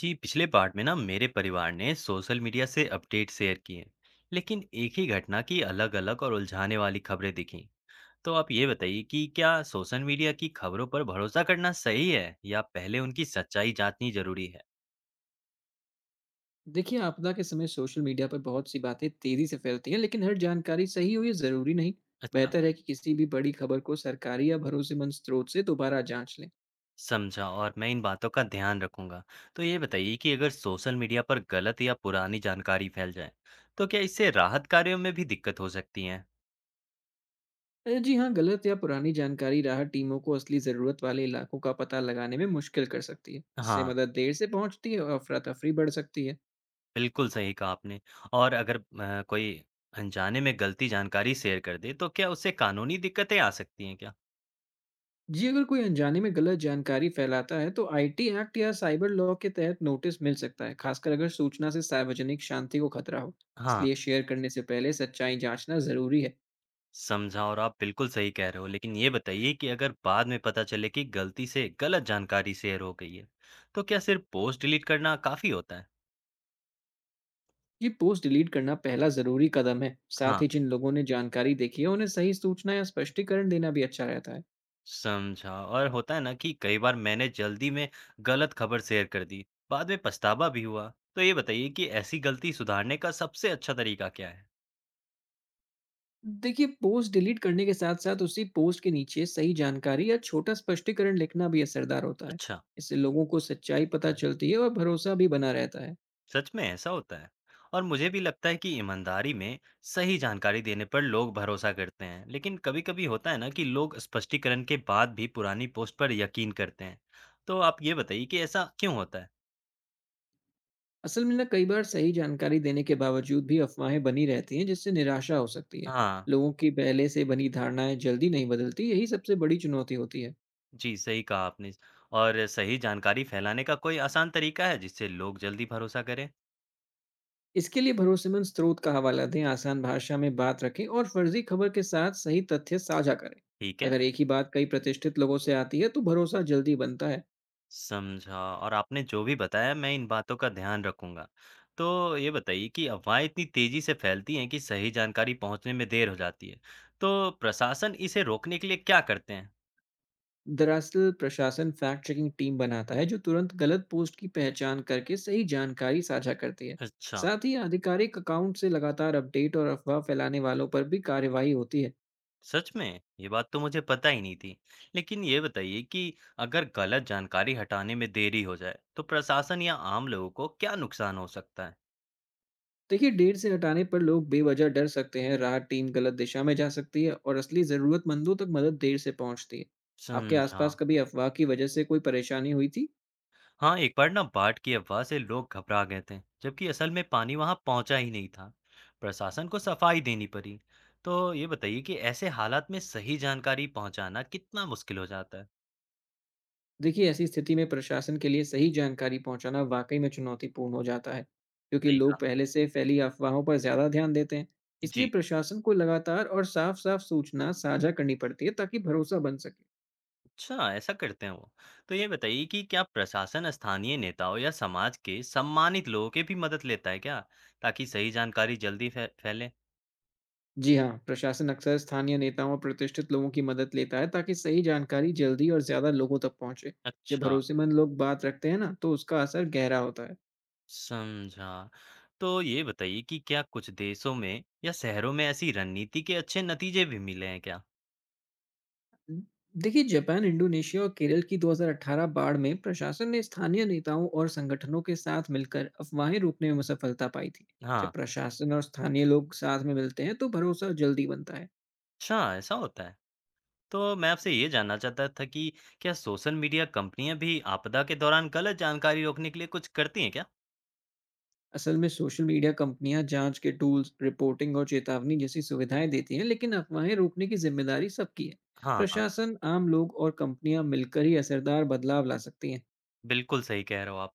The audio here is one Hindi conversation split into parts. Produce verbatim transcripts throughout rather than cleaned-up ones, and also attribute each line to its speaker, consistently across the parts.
Speaker 1: जी पिछले पार्ट में ना मेरे परिवार ने सोशल मीडिया से अपडेट शेयर किए। लेकिन एक ही घटना की अलग अलग और उलझाने वाली खबरें दिखी। तो आप ये बताइए कि क्या सोशल मीडिया की खबरों पर भरोसा करना सही है या पहले उनकी सच्चाई जांचनी जरूरी है।
Speaker 2: देखिए आपदा के समय सोशल मीडिया पर बहुत सी बातें तेजी से फैलती हैं, लेकिन हर जानकारी सही हो ये जरूरी नहीं।
Speaker 1: अच्छा।
Speaker 2: बेहतर है कि किसी भी बड़ी खबर को सरकारी या भरोसेमंद स्रोत से दोबारा जांच लें।
Speaker 1: समझा, और मैं इन बातों का ध्यान रखूंगा। तो ये बताइए कि अगर सोशल मीडिया पर गलत या पुरानी जानकारी फैल जाए, तो क्या इससे राहत कार्यों में भी दिक्कत हो सकती है।
Speaker 2: अ, जी हाँ, गलत या पुरानी जानकारी राहत टीमों को असली ज़रूरत वाले इलाकों का पता लगाने में मुश्किल कर सकती है। इससे
Speaker 1: हाँ,
Speaker 2: मदद देर से पहुंचती है और अफरा तफरी बढ़ सकती है।
Speaker 1: बिल्कुल सही कहा आपने। और अगर अ, कोई अनजाने में गलती जानकारी शेयर कर दे, तो क्या उससे कानूनी दिक्कतें आ सकती हैं क्या?
Speaker 2: जी, अगर कोई अनजाने में गलत जानकारी फैलाता है, तो आईटी एक्ट या साइबर लॉ के तहत नोटिस मिल सकता है, खासकर अगर सूचना से सार्वजनिक शांति को खतरा हो।
Speaker 1: हाँ,
Speaker 2: इसलिए शेयर करने से पहले सच्चाई जांचना ज़रूरी है।
Speaker 1: समझा, और आप बिल्कुल सही कह रहे हो। लेकिन ये बताइए कि अगर बाद में पता चले कि गलती से गलत जानकारी शेयर हो गई है, तो क्या सिर्फ पोस्ट डिलीट करना काफ़ी होता है?
Speaker 2: ये पोस्ट डिलीट करना पहला ज़रूरी कदम है।
Speaker 1: हाँ,
Speaker 2: साथ ही जिन लोगों ने जानकारी देखी है, उन्हें सही सूचना या स्पष्टीकरण देना भी अच्छा रहता है।
Speaker 1: समझा। और होता है ना कि कई बार मैंने जल्दी में गलत खबर शेयर कर दी, बाद में पछतावा भी हुआ। तो ये बताइए कि ऐसी गलती सुधारने का सबसे अच्छा तरीका क्या है?
Speaker 2: देखिए, पोस्ट डिलीट करने के साथ-साथ उसी पोस्ट के नीचे सही जानकारी या छोटा स्पष्टीकरण लिखना भी असरदार होता है।
Speaker 1: अच्छा।
Speaker 2: इससे लोगों को सच्चाई पता चलती है और भरोसा भी बना रहता है।
Speaker 1: सच में ऐसा होता है। और मुझे भी लगता है कि ईमानदारी में सही जानकारी देने पर लोग भरोसा करते हैं। लेकिन कभी-कभी होता है ना कि लोग स्पष्टीकरण के बाद भी पुरानी पोस्ट पर यकीन करते हैं। तो आप ये बताइए कि ऐसा क्यों होता है?
Speaker 2: असल में ना, कई बार सही जानकारी देने के बावजूद भी अफवाहें बनी रहती हैं, जिससे निराशा हो सकती है।
Speaker 1: हाँ,
Speaker 2: लोगों की पहले से बनी धारणाएं जल्दी नहीं बदलती, यही सबसे बड़ी चुनौती होती है।
Speaker 1: जी सही कहा आपने। और सही जानकारी फैलाने का कोई आसान तरीका है जिससे लोग जल्दी भरोसा करें?
Speaker 2: इसके लिए भरोसेमंद स्रोत का हवाला दें, आसान भाषा में बात रखें और फर्जी खबर के साथ सही तथ्य साझा करें।
Speaker 1: ठीक है।
Speaker 2: अगर एक ही बात कई प्रतिष्ठित लोगों से आती है, तो भरोसा जल्दी बनता है।
Speaker 1: समझा, और आपने जो भी बताया मैं इन बातों का ध्यान रखूंगा। तो ये बताइए कि अफवाहें इतनी तेजी से फैलती हैं कि सही जानकारी पहुंचने में देर हो जाती है। तो प्रशासन इसे रोकने के लिए क्या करते हैं?
Speaker 2: दरअसल प्रशासन फैक्ट चेकिंग टीम बनाता है, जो तुरंत गलत पोस्ट की पहचान करके सही जानकारी साझा करती है।
Speaker 1: अच्छा,
Speaker 2: साथ ही आधिकारिक अकाउंट से लगातार अपडेट और अफवाह फैलाने वालों पर भी कार्रवाई होती है।
Speaker 1: सच में? ये बात तो मुझे पता ही नहीं थी। लेकिन ये बताइए कि अगर गलत जानकारी हटाने में देरी हो जाए, तो प्रशासन या आम लोगों को क्या नुकसान हो सकता है?
Speaker 2: देखिए, डेट से हटाने पर लोग बेवजह डर सकते हैं, राहत टीम गलत दिशा में जा सकती है और असली ज़रूरतमंदों तक मदद देर से पहुंचती है। आपके
Speaker 1: समझा।
Speaker 2: आसपास कभी अफवाह की वजह से कोई परेशानी हुई थी?
Speaker 1: हाँ, एक बार ना बाढ़ की अफवाह से लोग घबरा गए थे जबकि असल में पानी वहां पहुंचा ही नहीं था। प्रशासन को सफाई देनी पड़ी। तो ये बताइए कि ऐसे हालात में सही जानकारी पहुंचाना कितना मुश्किल हो जाता है।
Speaker 2: देखिए, ऐसी स्थिति में प्रशासन के लिए सही जानकारी पहुंचाना वाकई में चुनौतीपूर्ण हो जाता है, क्योंकि
Speaker 1: सही
Speaker 2: लोग
Speaker 1: कहा।
Speaker 2: पहले से फैली अफवाहों पर ज्यादा ध्यान देते हैं। इसलिए
Speaker 1: जी।
Speaker 2: प्रशासन को लगातार और साफ साफ सूचना साझा करनी पड़ती है, ताकि भरोसा बन सके।
Speaker 1: अच्छा, ऐसा करते हैं वो। तो ये बताइए कि क्या प्रशासन स्थानीय नेताओं या समाज के सम्मानित लोगों की भी मदद लेता है क्या, ताकि सही जानकारी जल्दी फै, फैले।
Speaker 2: जी हाँ, प्रशासन अक्सर स्थानीय नेताओं और प्रतिष्ठित लोगों की मदद लेता है, ताकि सही जानकारी जल्दी और ज्यादा लोगों तक पहुंचे। जब
Speaker 1: अच्छा।
Speaker 2: भरोसेमंद लोग बात रखते हैं ना, तो उसका असर गहरा होता है।
Speaker 1: समझा। तो ये बताइए कि क्या कुछ देशों में या शहरों में ऐसी रणनीति के अच्छे नतीजे भी मिले हैं क्या?
Speaker 2: देखिए, जापान, इंडोनेशिया और केरल की दो हज़ार अठारह बाढ़ में प्रशासन ने स्थानीय नेताओं और संगठनों के साथ मिलकर अफवाहें रोकने में सफलता पाई थी।
Speaker 1: हाँ।
Speaker 2: जब प्रशासन और स्थानीय लोग साथ में मिलते हैं, तो भरोसा जल्दी बनता है।
Speaker 1: अच्छा, ऐसा होता है। तो मैं आपसे ये जानना चाहता था कि क्या सोशल मीडिया कंपनियां भी आपदा के दौरान गलत जानकारी रोकने के लिए कुछ करती हैं क्या?
Speaker 2: असल में सोशल मीडिया कंपनियां जांच के टूल्स, रिपोर्टिंग और चेतावनी जैसी सुविधाएं देती हैं, लेकिन अफवाहें रोकने की जिम्मेदारी सबकी है।
Speaker 1: हाँ, हाँ,
Speaker 2: प्रशासन, आम लोग और कंपनियां मिलकर ही असरदार बदलाव ला सकती हैं।
Speaker 1: बिल्कुल सही कह रहे हो आप।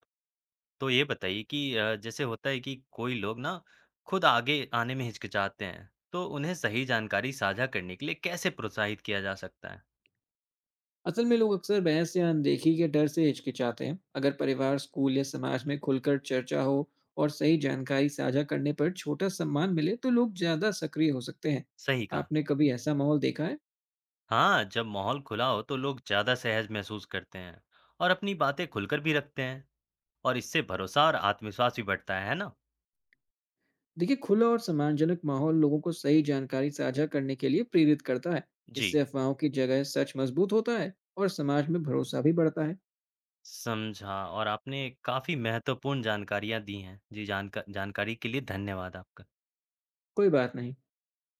Speaker 1: तो ये बताइए कि अ, जैसे होता है कि कोई लोग ना खुद आगे आने में हिचकिचाते हैं, तो उन्हें सही जानकारी साझा करने के लिए कैसे प्रोत्साहित किया जा सकता है?
Speaker 2: असल में लोग अक्सर बहस या अनदेखी के डर से हिचकिचाते हैं। अगर परिवार, स्कूल या समाज में खुलकर चर्चा हो और सही जानकारी साझा करने पर छोटा सम्मान मिले, तो लोग ज्यादा सक्रिय हो सकते हैं।
Speaker 1: सही कहा।
Speaker 2: आपने कभी ऐसा माहौल देखा है?
Speaker 1: हाँ, जब माहौल खुला हो तो लोग ज्यादा सहज महसूस करते हैं और अपनी बातें खुलकर भी रखते हैं। और इससे भरोसा और आत्मविश्वास भी बढ़ता है है ना?
Speaker 2: देखिए, खुला और सम्मानजनक माहौल लोगों को सही जानकारी साझा करने के लिए प्रेरित करता है।
Speaker 1: जी।
Speaker 2: इससे अफवाहों की जगह सच मजबूत होता है और समाज में भरोसा भी बढ़ता है।
Speaker 1: समझा, और आपने काफी महत्वपूर्ण जानकारियां दी हैं। जी जानका जानकारी के लिए धन्यवाद आपका।
Speaker 2: कोई बात नहीं।